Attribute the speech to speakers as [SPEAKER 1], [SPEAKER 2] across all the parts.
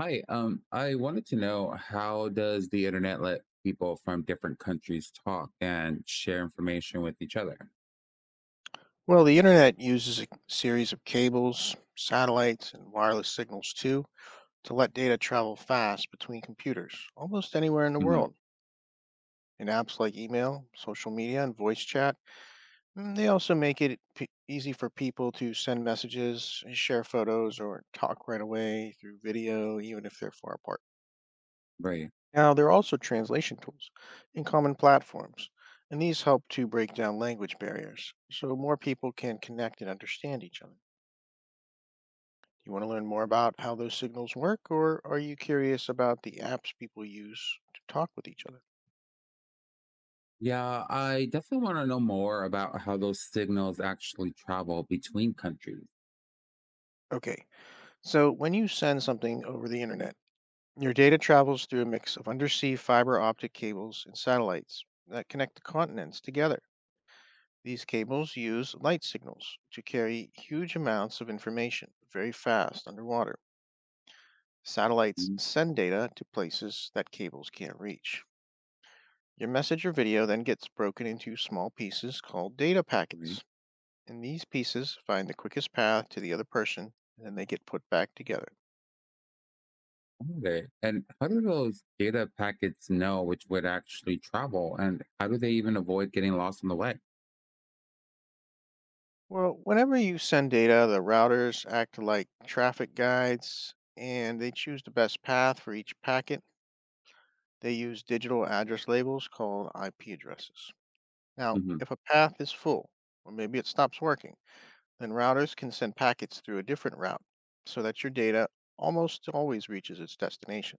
[SPEAKER 1] Hi, I wanted to know, how does the internet let people from different countries talk and share information with each other?
[SPEAKER 2] Well, the internet uses a series of cables, satellites, and wireless signals too to let data travel fast between computers almost anywhere in the
[SPEAKER 1] Hmm.
[SPEAKER 2] world. And apps like email, social media, and voice chat, they also make it easy for people to send messages, share photos, or talk right away through video, even if they're far apart.
[SPEAKER 1] Right.
[SPEAKER 2] Now, there are also translation tools and common platforms, and these help to break down language barriers so more people can connect and understand each other. You want to learn more about how those signals work, or are you curious about the apps people use to talk with each other?
[SPEAKER 1] Yeah, I definitely want to know more about how those signals actually travel between countries.
[SPEAKER 2] Okay, so when you send something over the internet, your data travels through a mix of undersea fiber optic cables and satellites that connect the continents together. These cables use light signals to carry huge amounts of information very fast underwater. Satellites
[SPEAKER 1] Mhm.
[SPEAKER 2] send data to places that cables can't reach. Your message or video then gets broken into small pieces called data
[SPEAKER 1] Right.
[SPEAKER 2] packets, and these pieces find the quickest path to the other person, and then they get put back together.
[SPEAKER 1] Okay. And how do those data packets know which would actually travel, and how do they even avoid getting lost on the way?
[SPEAKER 2] Well, whenever you send data, the routers act like traffic guides and they choose the best path for each packet. They use digital address labels called IP addresses. Now, if a path is full, or maybe it stops working, then routers can send packets through a different route so that your data almost always reaches its destination.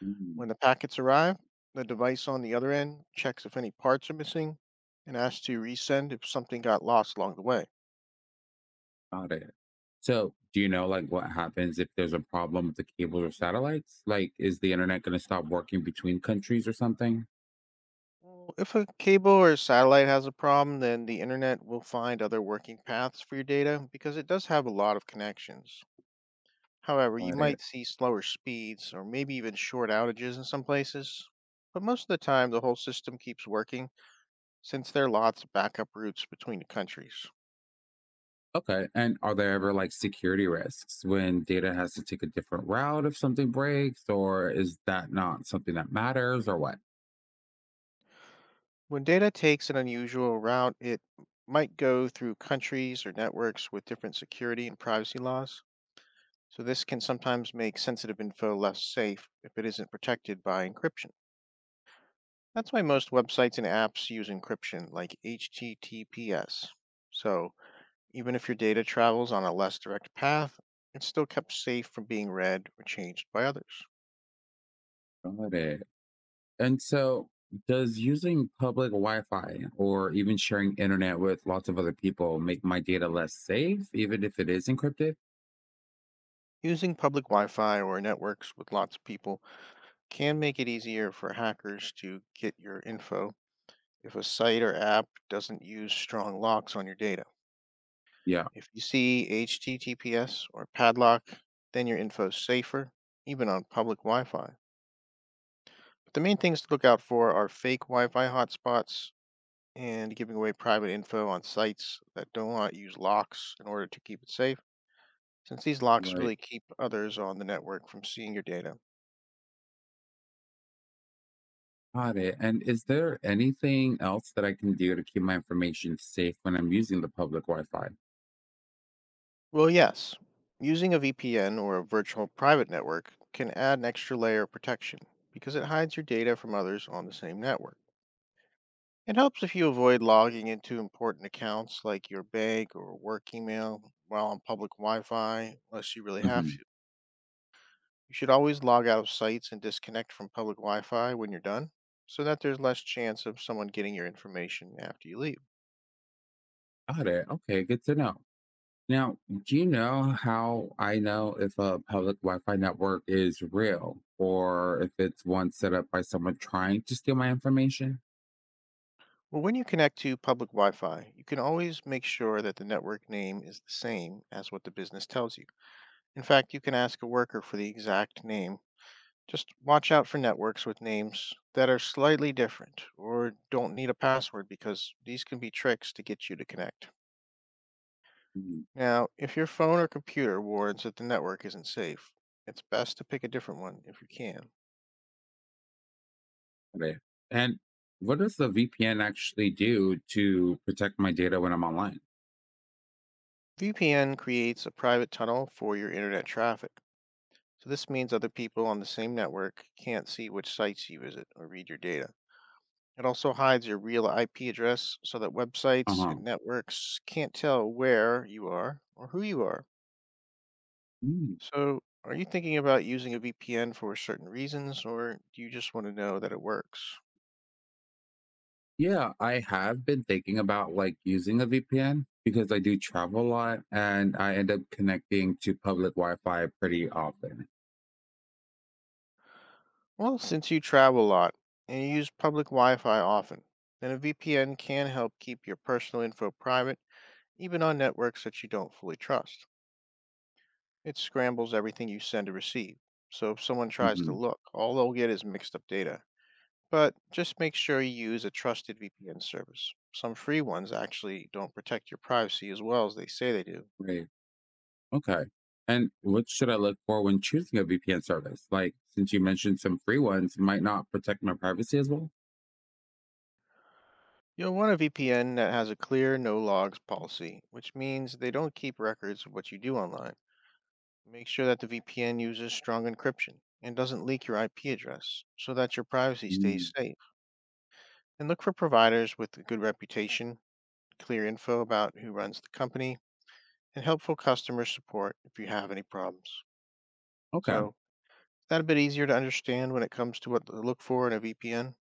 [SPEAKER 1] Hmm.
[SPEAKER 2] When the packets arrive, the device on the other end checks if any parts are missing and asks to resend if something got lost along the way.
[SPEAKER 1] Got it. So, do you know like what happens if there's a problem with the cables or satellites? Like, is the internet going to stop working between countries or something?
[SPEAKER 2] Well, if a cable or satellite has a problem, then the internet will find other working paths for your data because it does have a lot of connections. However, you
[SPEAKER 1] Got it.
[SPEAKER 2] might see slower speeds or maybe even short outages in some places. But most of the time, the whole system keeps working since there are lots of backup routes between the countries.
[SPEAKER 1] Okay. And are there ever like security risks when data has to take a different route if something breaks, or is that not something that matters, or what?
[SPEAKER 2] When data takes an unusual route, it might go through countries or networks with different security and privacy laws. So, this can sometimes make sensitive info less safe if it isn't protected by encryption. That's why most websites and apps use encryption, like HTTPS. So, even if your data travels on a less direct path, it's still kept safe from being read or changed by others.
[SPEAKER 1] Got it. And so, does using public Wi-Fi or even sharing internet with lots of other people make my data less safe, even if it is encrypted?
[SPEAKER 2] Using public Wi Fi or networks with lots of people can make it easier for hackers to get your info if a site or app doesn't use strong locks on your data.
[SPEAKER 1] Yeah.
[SPEAKER 2] If you see HTTPS or padlock, then your info is safer, even on public Wi Fi. But the main things to look out for are fake Wi Fi hotspots and giving away private info on sites that do not use locks in order to keep it safe, since these locks
[SPEAKER 1] Right.
[SPEAKER 2] really keep others on the network from seeing your data.
[SPEAKER 1] Got it. And is there anything else that I can do to keep my information safe when I'm using the public Wi-Fi?
[SPEAKER 2] Well, yes. Using a VPN or a virtual private network can add an extra layer of protection because it hides your data from others on the same network. It helps if you avoid logging into important accounts like your bank or work email while on public Wi Fi, unless you really have
[SPEAKER 1] Hmm.
[SPEAKER 2] to. You should always log out of sites and disconnect from public Wi Fi when you're done so that there's less chance of someone getting your information after you leave.
[SPEAKER 1] Got it. Okay, good to know. Now, do you know how I know if a public Wi-Fi network is real or if it's one set up by someone trying to steal my information?
[SPEAKER 2] Well, when you connect to public Wi Fi, you can always make sure that the network name is the same as what the business tells you. In fact, you can ask a worker for the exact name. Just watch out for networks with names that are slightly different or don't need a password because these can be tricks to get you to connect.
[SPEAKER 1] Mhm.
[SPEAKER 2] Now, if your phone or computer warns that the network isn't safe, it's best to pick a different one if you can.
[SPEAKER 1] Got it. And what does the VPN actually do to protect my data when I'm online?
[SPEAKER 2] VPN creates a private tunnel for your internet traffic. So this means other people on the same network can't see which sites you visit or read your data. It also hides your real IP address so that websites
[SPEAKER 1] Uh-huh.
[SPEAKER 2] and networks can't tell where you are or who you are.
[SPEAKER 1] Mm.
[SPEAKER 2] So are you thinking about using a VPN for certain reasons, or do you just want to know that it works?
[SPEAKER 1] Yeah, I have been thinking about like using a VPN because I do travel a lot and I end up connecting to public Wi-Fi pretty often.
[SPEAKER 2] Well, since you travel a lot and you use public Wi-Fi often, then a VPN can help keep your personal info private even on networks that you don't fully trust. It scrambles everything you send and receive, so if someone tries to
[SPEAKER 1] Hmm.
[SPEAKER 2] look, all they'll get is mixed up data. But just make sure you use a trusted VPN service. Some free ones actually don't protect your privacy as well as they say they do.
[SPEAKER 1] Right. Okay. And what should I look for when choosing a VPN service? Like, since you mentioned some free ones might not protect my privacy as well.
[SPEAKER 2] You'll want a VPN that has a clear no logs policy, which means they don't keep records of what you do online. Make sure that the VPN uses strong encryption and doesn't leak your IP address so that your privacy stays
[SPEAKER 1] Mm,
[SPEAKER 2] safe. And look for providers with a good reputation, clear info about who runs the company, and helpful customer support if you have any problems.
[SPEAKER 1] okay.
[SPEAKER 2] So, is that a bit easier to understand when it comes to what to look for in a VPN?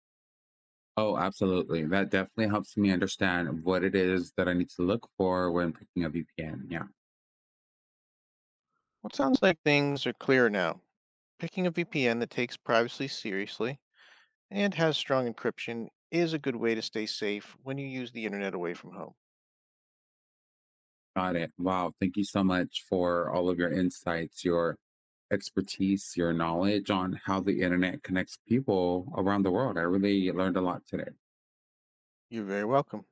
[SPEAKER 1] Oh, absolutely. That definitely helps me understand what it is that I need to look for when picking a VPN. Yeah.
[SPEAKER 2] Well, it sounds like things are clear now. Picking a VPN that takes privacy seriously and has strong encryption is a good way to stay safe when you use the internet away from home.
[SPEAKER 1] Got it. Wow. Thank you so much for all of your insights, your expertise, your knowledge on how the internet connects people around the world. I really learned a lot today.
[SPEAKER 2] You're very welcome.